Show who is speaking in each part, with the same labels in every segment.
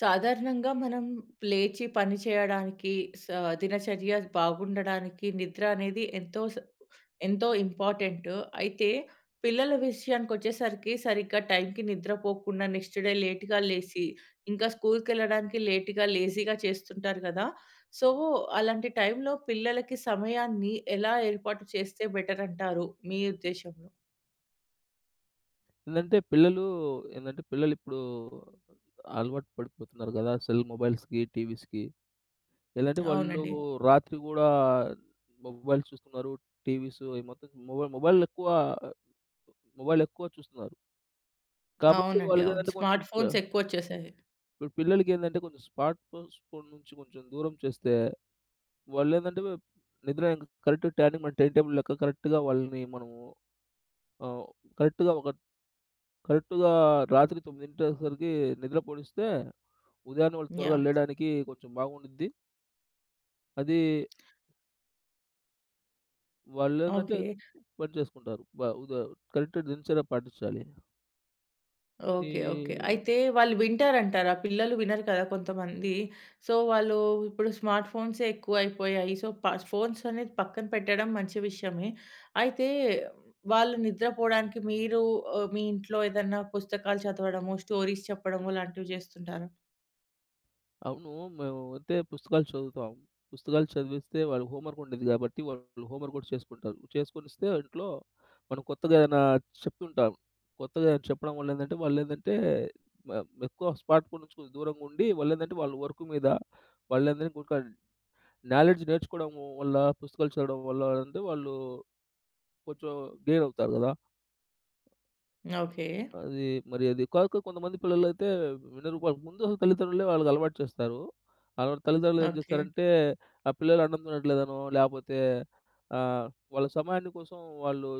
Speaker 1: సాధారణంగా మనం లేచి పని చేయడానికి, స దినచర్య బాగుండడానికి నిద్ర అనేది ఎంతో ఇంపార్టెంటు. అయితే పిల్లల విషయానికొచ్చేసరికి సరిగ్గా టైంకి నిద్రపోకుండా నెక్స్ట్ డే లేట్‌గా లేసి, ఇంకా స్కూల్‌కెళ్ళడానికి లేట్‌గా, లేజీగా చేస్తుంటారు కదా! సో, అలాంటి టైంలో పిల్లలకి సమయాన్ని ఎలా ఏర్పాటు చేస్తే బెటర్ అంటారు మీ ఉద్దేశంలో?
Speaker 2: ఏందంటే పిల్లలు ఏందంటే పిల్లలిప్పుడు అలవాటు పడిపోతున్నారు గదా! సెల్ మొబైల్స్‌కి, టీవీస్‌కి. ఎలాంటే వాళ్ళు
Speaker 1: అవునండి.
Speaker 2: రాత్రి గూడా మొబైల్ చూస్తున్నారు. టీవీస్, ఈ మొత్తం మొబైల్ మొబైల్ ఎక్కువ మొబైల్ ఎక్కువ చూస్తున్నారు. కాబట్టి
Speaker 1: అవునండి. అవును.
Speaker 2: కొంచెం
Speaker 1: స్మార్ట్ ఫోన్స్ ఎక్కువొచ్చేసాయి.
Speaker 2: ఇప్పుడు పిల్లలకేందంటే కొంచెం స్మార్ట్ ఫోన్స్ ఫోన్ నుంచి కొంచెం దూరం చేస్తే వాళ్ళేందంటే నిద్ర కరెక్ట్ టైమింగ్, మన టైమ్ టేబుల్ లెక్క కరెక్ట్‌గా వాళ్ళని మనము ఆహ్, కరెక్ట్‌గా ఒక కరెక్ట్‌గా రాత్రి 9:00 నిద్ర పొడిస్తే, ఉదయాన్నే వాళ్ళు త్వరగా
Speaker 1: యాహ్!
Speaker 2: లేయడానికి కొంచెం బాగుండిద్ది. అది వాళ్ళేందంటే
Speaker 1: ఓకే.
Speaker 2: పని చేసుకుంటారు. బ ఉద కరెక్ట్ దినచర్య పాటించాలి. ఈ
Speaker 1: ఓకే. ఓకే. అయితే వాళ్ళు వింటారంటారా? పిల్లలు వినరు కదా కొంతమంది. సో, వాళ్ళు ఇప్పుడు స్మార్ట్ ఫోన్సే ఎక్కువైపోయాయి. సో, ప ఫోన్స్ అనేది పక్కన పెట్టడం మంచి విషయమే. అయితే వాళ్ళు నిద్రపోవడానికి మీరు మీ ఇంట్లో ఏదన్నా పుస్తకాలు చదవడము, స్టోరీస్ చెప్పడము లాంటివి చేస్తుంటారా?
Speaker 2: అవును. మేము అయితే పుస్తకాలు చదువుతాం. పుస్తకాలు చదివిస్తే వాళ్ళకి హోంవర్క్ ఉండేది కాబట్టి, వాళ్ళు హోంవర్క్ కూడా చేసుకుంటారు. చేసుకొనిస్తే ఇంట్లో మనం కొత్తగా ఏదైనా చెప్తుంటాం. కొత్తగా ఏదైనా చెప్పడం వల్ల ఏందంటే, వాళ్ళేందంటే మ ఎక్కువ స్మార్ట్ ఫోన్ నుంచి కొంచెం దూరంగుండి, వాళ్ళ వర్క్ మీద, వాళ్ళేందంటే నాలెడ్జ్ నేర్చుకోవడం వల్ల, పుస్తకాలు చదవడం వల్ల అంటే వాళ్ళు కొంచెం గెయిన్ అవుతారు గదా!
Speaker 1: ఓకే.
Speaker 2: అది, మరి అది కాక కొంతమంది పిల్లలైతే వినరు. వాళ్ళకి ముందు అసలు తల్లిదండ్రులే వాళ్ళకి అలవాటు చేస్తారు. అలా తల్లిదండ్రులు ఏం
Speaker 1: ఓకే.
Speaker 2: చేస్తారంటే, ఆ పిల్లలు అన్నం తినట్లేదనో, లేపోతే ఆహ్, వాళ్ళ సమయాన్ని కోసం వాళ్ళు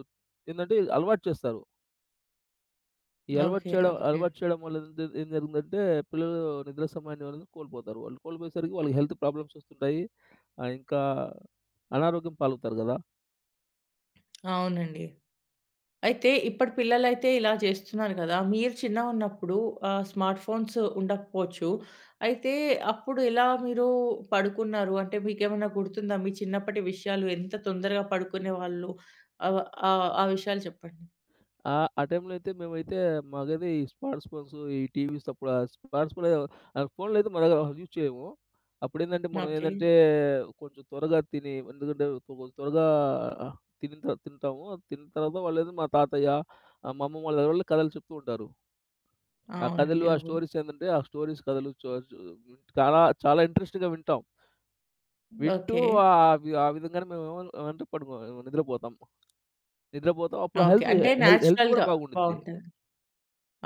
Speaker 2: అలవాటు చేస్తారు. ఈ అలవాటు
Speaker 1: ఓకే.
Speaker 2: చేయడం
Speaker 1: ఓకే.
Speaker 2: అలవాటు చేయడం వల్ల ఏం జరుగుతుందంటే, పిల్లలు నిద్ర సమయాన్ని అనేది కోల్పోతారు. వాళ్ళు కోల్పోయేసరికి వాళ్ళకి హెల్త్ ప్రాబ్లమ్స్ వస్తుంటాయి. ఇంకా అనారోగ్యం పాలవుతారు గదా!
Speaker 1: అవునండి. అయితే ఇప్పటి పిల్లలైతే ఇలా చేస్తున్నారు కదా! మీరు చిన్నగున్నప్పుడు స్మార్ట్ ఫోన్స్ ఉండకపోవచ్చు. అయితే అప్పుడు ఎలా మీరు పడుకున్నారు? అంటే మీకేమన్నా గుర్తుందా? మీ చిన్నప్పటి విషయాలు ఎంత తొందరగా పడుకునేవాళ్ళు? ఆహ్, ఆహ్, ఆ ఆ విషయాలు చెప్పండి.
Speaker 2: ఆ! ఆ టైంలో అయితే మాకైతే ఈ స్మార్ట్ ఫోన్స్, ఈ టీవీస్, అప్పుడు ఆ స్మార్ట్ ఫోన్ ఆహ్, ఫోన్‌లు అయితే మన యూజ్ చేయము. అప్పుడేందంటే మనం
Speaker 1: ఓకే.
Speaker 2: కొంచెం త్వరగా తిని, ఎందుకంటే కొంచెం త్వరగా తినిన తర్వాత తింటాము. తిన్న తర్వాత వాళ్ళేదో మా తాతయ్య, మా అమ్మమ్మ వాళ్ళ దగ్గర వాళ్ళు కథలు చెప్తూ ఉంటారు. ఆ కథలు,
Speaker 1: అవునండి. అవును.
Speaker 2: ఆ స్టోరీస్, కథలు చ చ చాలా చాలా ఇంట్రెస్ట్‌గా వింటాం. వింటూ
Speaker 1: ఓకే.
Speaker 2: ఆహ్, వి ఆ విధంగానే మేము ఏమ- ఏమంటే పడుకో నిద్రపోతాం. నిద్రపోతాం. అప్పుడు
Speaker 1: ఓకే.
Speaker 2: హెల్త్
Speaker 1: అంటే
Speaker 2: హెల్త్ కూడా
Speaker 1: నేచురల్‌గా
Speaker 2: బాగుండిద్ది.
Speaker 1: బావుంటది.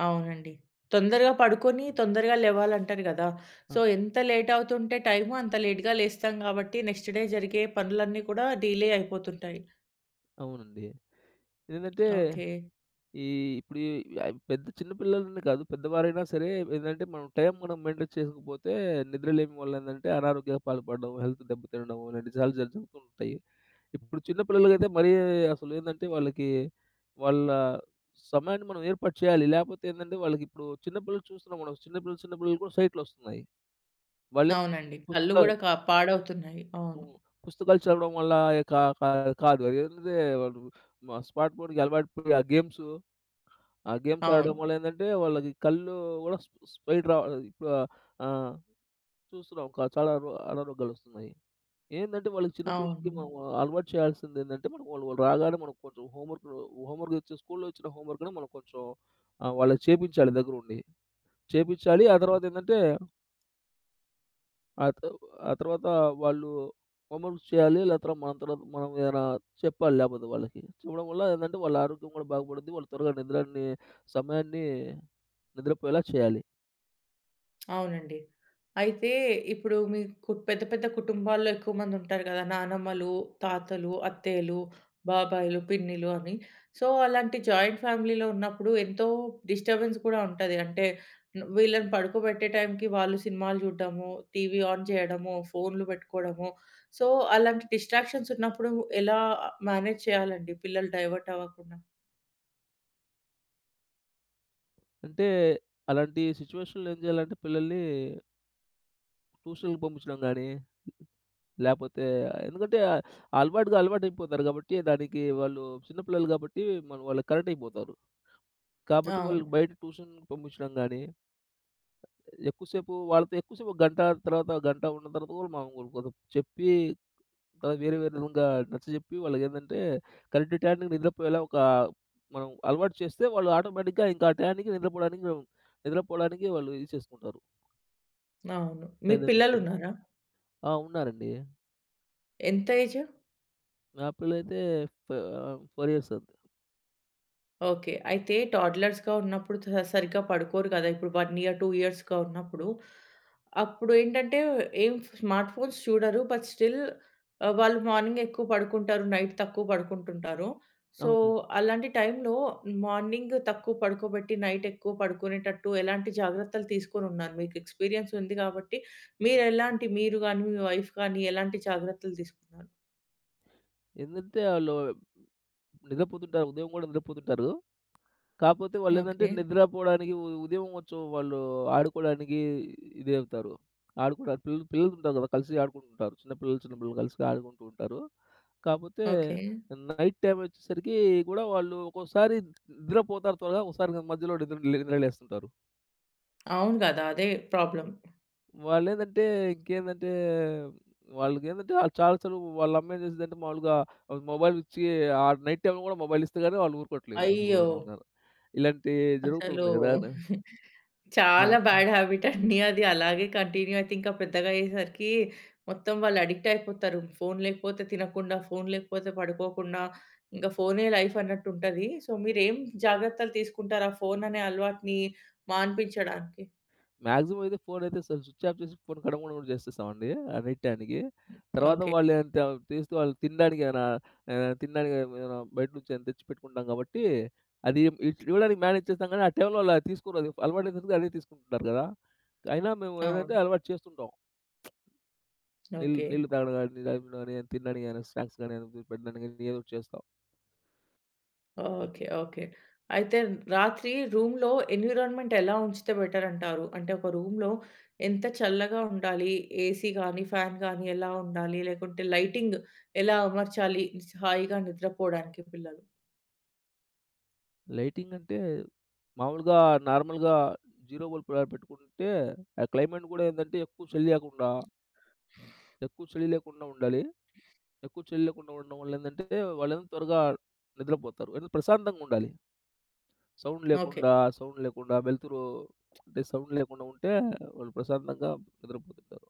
Speaker 1: అవునండి. తొందరగా పడుకొని, తొందరగా లెవ్వాలంటారు గదా!
Speaker 2: ఆ!
Speaker 1: సో, ఎంత లేట్ అవుతుంటే టైము, అంత లేట్‌గా లేస్తాం గాబట్టి, నెక్స్ట్ డే జరిగే పనులన్నీ కూడా డిలే అయిపోతుంటాయి.
Speaker 2: అవునండి. ఇదేంటంటే
Speaker 1: ఓకే.
Speaker 2: ఈ ఇప్పుడు ఈ ఆహ్, పెద్ద చిన్న పిల్లలని కాదు, పెద్దవారైనా సరే మనం టైం మెయింటైన్ చేసుకోకపోతే, నిద్రలేమి వల్ల అనారోగ్య పాల్పడడం, హెల్త్ దెబ్బతినడం ఇలాంటి చాలా జరుగుతూ ఉంటాయి. ఇప్పుడు చిన్న పిల్లలకైతే మరీ అసలు వాళ్ళ సమయాన్ని మనం ఏర్పాటు చేయాలి. లేపోతే వాళ్ళకి ఇప్పుడు చిన్న పిల్లలు చూస్తున్నాం మనం. చిన్న పిల్లలు కూడా సైట్‌లొస్తున్నాయి. వాళ్ళే
Speaker 1: అవునండి. కళ్ళు
Speaker 2: పుస్తకాలు
Speaker 1: గూడా పాడవుతున్నాయి. అవును.
Speaker 2: హ్మ్. పుస్తకాలు చదవడం వల్ల కా కా కాదు. అదేంటంటే వాళ్ళు స్మార్ట్ ఫోన్‌కి అలవాటు పడి ఆ గేమ్స్
Speaker 1: అవును.
Speaker 2: ఆడడం వల్ల, వాళ్ళకి కళ్ళు గూడా స్ట్రెయిట్ రా ఇప్పుడు ఆహ్, చూస్తున్నాం, చాలా అనారోగ్యాలొస్తున్నాయి. వాళ్ళకి, చిన్న పిల్లలకి
Speaker 1: అవును.
Speaker 2: మనం అలవాటు చేయాల్సిందేందంటే, మనం వాళ్ళు వాళ్ళు రాగానే మనం కొంచెం హోంవర్క్ హోంవర్క్ ఇచ్చే, స్కూల్‌లో ఇచ్చిన హోంవర్క్‌ని మనం కొంచెం వాళ్ళకి చేపించాలి దగ్గరుండి. చేపించాలి. ఆ తర్వాతేందంటే, ఆ త ఆ తర్వాత వాళ్ళు హోంవర్క్స్ చేయాలి. లేదా తర్వాత మనం ఏదైనా చెప్పాలి లేపోతే వాళ్ళకి. చెప్పడం వల్ల, వాళ్ళ ఆరోగ్యం గూడా బాగుపడుద్ది. వాళ్ళు త్వరగా నిద్రని సమయాన్ని నిద్రపోయేలా చేయాలి.
Speaker 1: అవునండి. అయితే ఇప్పుడు మీకు పెద్ద పెద్ద కుటుంబాల్లో ఎక్కువ మందుంటారు గదా! నానమ్మలు, తాతలు, అత్తయ్యలు, బాబాయిలు, పిన్నిలు అని. సో, అలాంటి జాయింట్ ఫ్యామిలీలో ఉన్నప్పుడు ఎంతో డిస్టర్బెన్స్ కూడా ఉంటది. అంటే వీళ్ళని పడుకోబెట్టే టైంకి వాళ్ళు సినిమాలు జూడడము, టీవీ ఆన్ జేయడము, ఫోన్‌లు పెట్టుకోవడము. సో, అలాంటి డిస్ట్రాక్షన్స్ ఉన్నప్పుడు ఎలా మేనేజ్ చేయాలండి పిల్లలు డైవర్ట్ అవ్వకుండా?
Speaker 2: అంటే అలాంటి సిట్యుయేషన్‌లో ఏం చేయాలంటే పిల్లల్ని ట్యూషన్‌లకి పంపించడం గానీ, లేపోతే ఎందుకంటే అలవాటయిపోతారు గాబట్టి, దానికి వాళ్ళు చిన్న పిల్లలు గాబట్టి మనం వాళ్ళకి కనెక్ట్ అయిపోతారు. కాబట్టి
Speaker 1: అవును.
Speaker 2: వాళ్ళకి బయట ట్యూషన్‌కి పంపించడం గానీ, ఎక్కువసేపు గంట తర్వాత గంట ఉన్న తర్వాత గూడా మనం కొంచెం చెప్పి, తర్వాత వేరే వేరే విధంగా నచ్చజెప్పి కరెక్ట్ టయానికి నిద్రపోయేలా, మనం అలవాటు చేస్తే, వాళ్ళు ఆటోమేటిక్‌గా ఇంకా ఆ టయానికి నిద్రపోవడానికి నిద్రపోవడానికి వాళ్ళు ఇది చేసుకుంటారు.
Speaker 1: అవును. మీకు
Speaker 2: ప్రయత్నం చేస్తారు.
Speaker 1: పిల్లలున్నారా?
Speaker 2: ఆ! ఉన్నారండి.
Speaker 1: ఎంత ఏజు?
Speaker 2: నా పిల్లలైతే ఫ 4 ఇయర్స్ అంతే.
Speaker 1: ఓకే. అయితే టోడ్లర్స్‌గా ఉన్నప్పుడు సరిగ్గా పడుకోరు కదా! ఇప్పుడు 1 ఇయర్, 2 ఇయర్స్‌గా ఉన్నప్పుడు. అప్పుడేంటంటే ఏం స్మార్ట్ ఫోన్స్ చూడరు. బట్ స్టిల్ వాళ్ళు మార్నింగ్ ఎక్కువ పడుకుంటారు. నైట్ తక్కువ పడుకుంటుంటారు. సో,
Speaker 2: అవును.
Speaker 1: అలాంటి టైంలో మార్నింగ్ తక్కువ పడుకోబెట్టి నైట్ ఎక్కువ పడుకునేటట్టు ఎలాంటి జాగ్రత్తలు తీసుకొనున్నారు? మీకు ఎక్స్‌పీరియన్స్ ఉంది కాబట్టి మీరెలాంటి మీరు గాని, మీ వైఫ్ కానీ ఎలాంటి జాగ్రత్తలు తీసుకున్నారు?
Speaker 2: ఆళ్ళు నిద్రపోతుంటారు. ఉదయం గూడా నిద్రపోతుంటారు. కాపోతే
Speaker 1: ఓకే.
Speaker 2: నిద్రపోవడానికి ఉదయం కొంచెం వాళ్ళు ఆడుకోవడానికి ఇదవుతారు. ఆడుకోవడానికి పిల్లలుంటారు గదా! కలిసి ఆడుకుంటుంటారు. చిన్న పిల్లలు కలిసి ఆడుకుంటూ ఉంటారు. కాపోతే
Speaker 1: ఓకే.
Speaker 2: నైట్ టైమ్ వచ్చేసరికి గూడా వాళ్ళు ఒక్కోసారి నిద్రపోతారు త్వరగా. ఒక్కోసారి మధ్యలో నిద్ర నిద్ర లేస్తుంటారు.
Speaker 1: అవును గదా! అదే ప్రాబ్లమ్.
Speaker 2: వాళ్ళేందంటే ఇంకేందంటే వాళ్ళకేందంటే ఆళ్ళు చాలా సార్లు వాళ్ళ అమ్మేం చేసిద్దంటే, మామూలుగా మొబైల్ ఇచ్చి, ఆ నైట్ టైమ్‌లో కూడా మొబైల్ ఇస్తే గాని వాళ్ళు ఊరుకోవట్లేదు. అసలు
Speaker 1: అయ్యో!
Speaker 2: ఏమో ఉన్నారు. ఇలాంటి జరుగుతూ
Speaker 1: అసలు
Speaker 2: ఉన్నాయి కదా! అని. ఆ!
Speaker 1: చాలా బ్యాడ్ హాబిట్ అండి అది. అలాగే కంటిన్యూ అయితే ఇంకా పెద్దగా అయ్యేసరికి మొత్తం వాళ్ళు అడిక్ట్ అయిపోతారు. ఫోను లేకపోతే తినకుండా, ఫోను లేకపోతే పడుకోకుండా, ఇంకా ఫోనే లైఫ్ అన్నట్టు ఉంటది. సో, మీరేం జాగ్రత్తలు తీసుకుంటారు ఆ ఫోను అనే అలవాటుని మాన్పించడానికి?
Speaker 2: మాక్సిమం అయితే ఫోనయితే అసలు స్విచ్ ఆఫ్ చేసి, ఫోన్ కడగకుండా కూడా చేసేస్తామండి. ఆ నైట్ టైమ్‌కి. తర్వాత
Speaker 1: ఓకే.
Speaker 2: వాళ్ళు ఎంత తీస్తే వాళ్ళు తినడానికి ఏమైనా ఏమైనా తినడానికి ఏమైనా బయట నుంచి ఏమైనా తెచ్చి పెట్టుకుంటాం కాబట్టి అది ఇవ్వడానికి మేనేజ్ చేస్తాం, కానీ ఆ టైమ్‌లో వాళ్ళు అది తీసుకోరు. అది అలవాటైపోతుంది, అదే తీసుకుంటున్నారు కదా! అయినా మేము
Speaker 1: అవును.
Speaker 2: ఏదంటే అలవాటు చేస్తుంటాం. నీళ్ళు
Speaker 1: ఓకే.
Speaker 2: నీళ్ళు తాగడం గాని, లేకపోతే గాని తినడానికి గాని, స్నాక్స్ గాని పెట్టడానికి గాని ఏదో ఒకటి చేస్తాం.
Speaker 1: ఓకే. ఓకే. అయితే రాత్రి రూమ్‌లో ఎన్విరాన్మెంట్ ఎలా ఉంచితే బెటర్ అంటారు? అంటే ఒక రూమ్‌లో ఎంత చల్లగా ఉండాలి? ఏసీ గానీ, ఫ్యాన్ గానీ ఎలా ఉండాలి? లేకుంటే లైటింగ్ ఎలా అమర్చాలి హాయిగా నిద్రపోవడానికి పిల్లలు?
Speaker 2: లైటింగ్ అంటే మామూలుగా నార్మల్‌గా 0 బల్బ్ అలా పెట్టుకుంటే, ఆ క్లైమేట్ గూడా ఎక్కువ చలి లేకుండా, ఎక్కువ చలి లేకుండా ఉండాలి. ఎక్కువ చలి లేకుండా ఉండడం వల్ల వాళ్ళేమో త్వరగా నిద్రపోతారు. ఏదో ప్రశాంతంగా ఉండాలి. Sound
Speaker 1: okay.
Speaker 2: లేకుండా, సౌండ్ లేకుండా వెలుతురు అంటే సౌండ్ లేకుండా ఉంటే వాళ్ళు ప్రశాంతంగా నిద్రపోతుంటారు.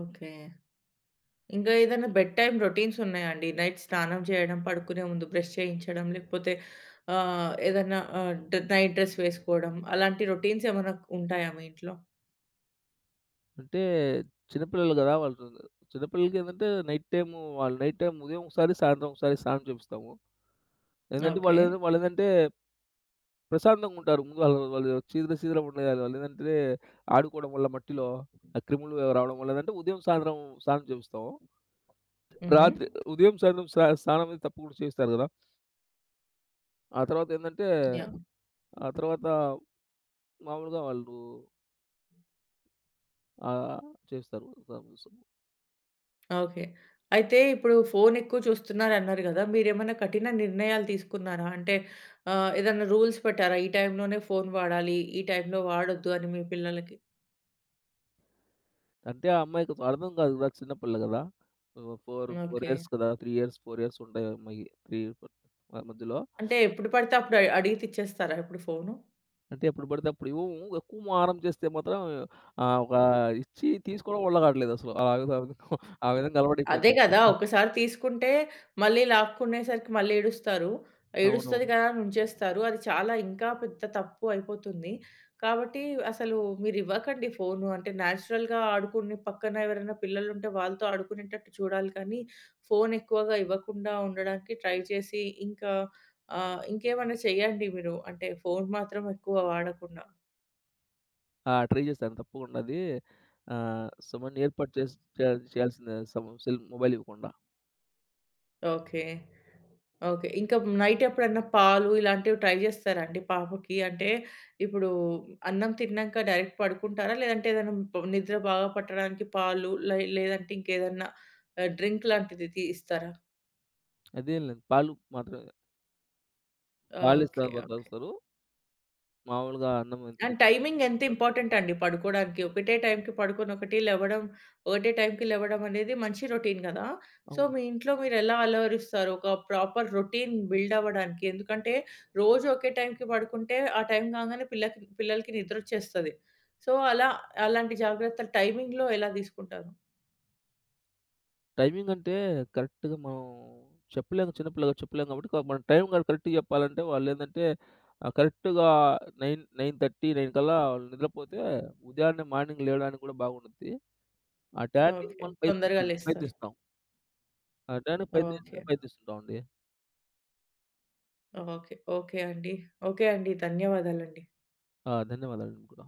Speaker 1: ఓకే. ఇంకా ఏదైనా బెడ్ టైమ్ రొటీన్స్ ఉన్నాయా అండి? నైట్ స్నానం చేయడం, పడుకునే ముందు బ్రష్ చేయించడం, లేకపోతే ఏదన్నా ఆహ్, డ్ నైట్ డ్రెస్ వేసుకోవడం అలాంటి రొటీన్స్ ఏమైనా ఉంటాయా మీ ఇంట్లో?
Speaker 2: అంటే చిన్నపిల్లలు గదా! వాళ్ళు చిన్నపిల్లలకేందంటే నైట్ టైము వాళ్ళు నైట్ టైమ్ ఉదయం ఒకసారి, సాయంత్రం ఒకసారి స్నానం చేపిస్తాము. ఏంటంటే
Speaker 1: ఓకే.
Speaker 2: వాళ్ళు ఏందంటే వాళ్ళేదో వాళ్ళేందంటే ప్రశాంతంగుంటారు. ముందు వాళ్ళు వాళ్ళు చీదరగా ఉండేయాలి. ఆడుకోవడం వల్ల మట్టిలో ఆ క్రిములు రావడం వల్ల ఉదయం, సాయంత్రం స్నానం చేపిస్తాము.
Speaker 1: హుహు.
Speaker 2: రాత్రి ఉదయం, సాయంత్రం స్నానమనేది తప్పకుండా చేయిస్తారు గదా! ఆ తర్వాతేందంటే,
Speaker 1: యాహ్!
Speaker 2: ఆ తర్వాత మామూలుగా వాళ్ళు చేస్తారు.
Speaker 1: ఓకే. అయితే ఇప్పుడు ఫోనెక్కువ చూస్తున్నారన్నారు గదా! మీరేమన్నా కఠిన నిర్ణయాలు తీసుకున్నారా? అంటే ఏదన్నా రూల్స్ పెట్టారా? ఈ టైంలోనే ఫోను వాడాలి, ఈ టైంలో వాడొద్దు అని మీ పిల్లలకి?
Speaker 2: అంటే ఆ అమ్మాయికి అర్థం కాదు కదా! చిన్నపిల్ల కదా! 4
Speaker 1: ఓకే.
Speaker 2: ఇయర్స్ కదా! 3 ఇయర్స్, 4 ఇయర్స్ ఉంటాయి ఆ అమ్మాయికి. 3 ఆ మధ్యలో.
Speaker 1: అంటే ఎప్పుడు పడితే అప్పుడు అడిగి తెచ్చేస్తారా ఇప్పుడు ఫోను?
Speaker 2: అంటే ఎప్పుడు పడితే అప్పుడు ఇవ్వము. ఎక్కువ మారం చేస్తే మాత్రం ఆహ్, ఒక ఇచ్చి తీసుకోవడం వల్ల కావట్లేదు అసలు. ఆ విధంగా
Speaker 1: అదే
Speaker 2: అలవాటైపోయింది నాకు.
Speaker 1: కదా! ఒకసారి తీసుకుంటే మళ్ళీ లాక్కునేసరికి మళ్ళీ ఏడుస్తారు. ఏడుస్తది
Speaker 2: అవునవును.
Speaker 1: కదా! అని ఉంచేస్తారు. అది చాలా ఇంకా పెద్ద తప్పు అయిపోతుంది. కాబట్టి అసలు మీరివ్వకండి ఫోను. అంటే నేచురల్‌గా ఆడుకుని పక్కన ఎవరైనా పిల్లలుంటే వాళ్ళతో ఆడుకునేటట్టు చూడాలి కానీ, ఫోను ఎక్కువగా ఇవ్వకుండా ఉండడానికి ట్రై చేసి ఇంకా ఇంకేమన్నా చేయండి మీరు. అంటే ఫోను మాత్రం ఎక్కువ వాడకుండా.
Speaker 2: ఆ! ట్రై చేశాను తప్పకుండా అది. సమన్ ఏర్పాటు చేసి చేయాల్సిందే సమ్ సెల్ మొబైల్ ఇవ్వకుండా.
Speaker 1: ఓకే. ఓకే. ఇంకా నైట్ ఎప్పుడన్నా పాలు ఇలాంటివి ట్రై జేస్తారా అండి పాపకి? అంటే ఇప్పుడు అన్నం తిన్నాక డైరెక్ట్ పడుకుంటారా? లేదంటే ఏదైనా నిద్ర బాగా పట్టడానికి పాలు లే లేదంటే ఇంకేదన్నా డ్రింక్ లాంటిది ఇస్తారా?
Speaker 2: అదేం లేదు. పాలు మాత్రమే.
Speaker 1: ఓకే.
Speaker 2: పాలిస్తారు,
Speaker 1: ఓకే.
Speaker 2: వస్తారు. మామూలుగా అన్నం తిని
Speaker 1: అండ్ టైమింగ్ ఎంత ఇంపార్టెంట్ అండి పడుకోడానికి. ఒకటే టైంకి పడుకొని, ఒకటి లెవ్వడం, ఒకటే టైంకి లెవ్వడం అనేది మంచి రొటీన్ గదా! సో,
Speaker 2: అవును.
Speaker 1: మీ ఇంట్లో మీరెలా అలవరిస్తారు? ఒక ప్రాపర్ రొటీన్ బిల్డ్ అవ్వడానికి. ఎందుకంటే, రోజు ఒకే టైంకి పడుకుంటే, ఆ టైం కాంగానే పిల్లకి పిల్లలకి నిద్రొచ్చేస్తది. సో, అలా అలాంటి జాగ్రత్తలు టైమింగ్‌లో ఎలా తీసుకుంటారు?
Speaker 2: టైమింగ్ అంటే కరెక్ట్‌గా మనం చెప్పలేము. చిన్న పిల్లలకి చెప్పలేము కాబట్టి మనం టైం గాని కరెక్ట్‌గా చెప్పాలంటే కరెక్ట్‌గా 9:30, 9 కల్లా వాళ్ళు నిద్రపోతే, ఉదయాన్నే మార్నింగ్ లేవడానికి కూడా బాగుండుద్ది. ఆ టయానికి
Speaker 1: ఓకే.
Speaker 2: మనం
Speaker 1: తొందరగా
Speaker 2: ప్రయత్నిస్తాం.
Speaker 1: లేస్తారు.
Speaker 2: ప్రయత్నిస్తాం. ఆ టయానికి
Speaker 1: ఓకే.
Speaker 2: ప్రయత్నిస్తే ప్రయత్నిస్తుంటామండి.
Speaker 1: ఓకే. ఓకే అండి. ఓకే అండి. ధన్యవాదాలండి.
Speaker 2: ఆ! ధన్యవాదాలండి మీకు కూడా.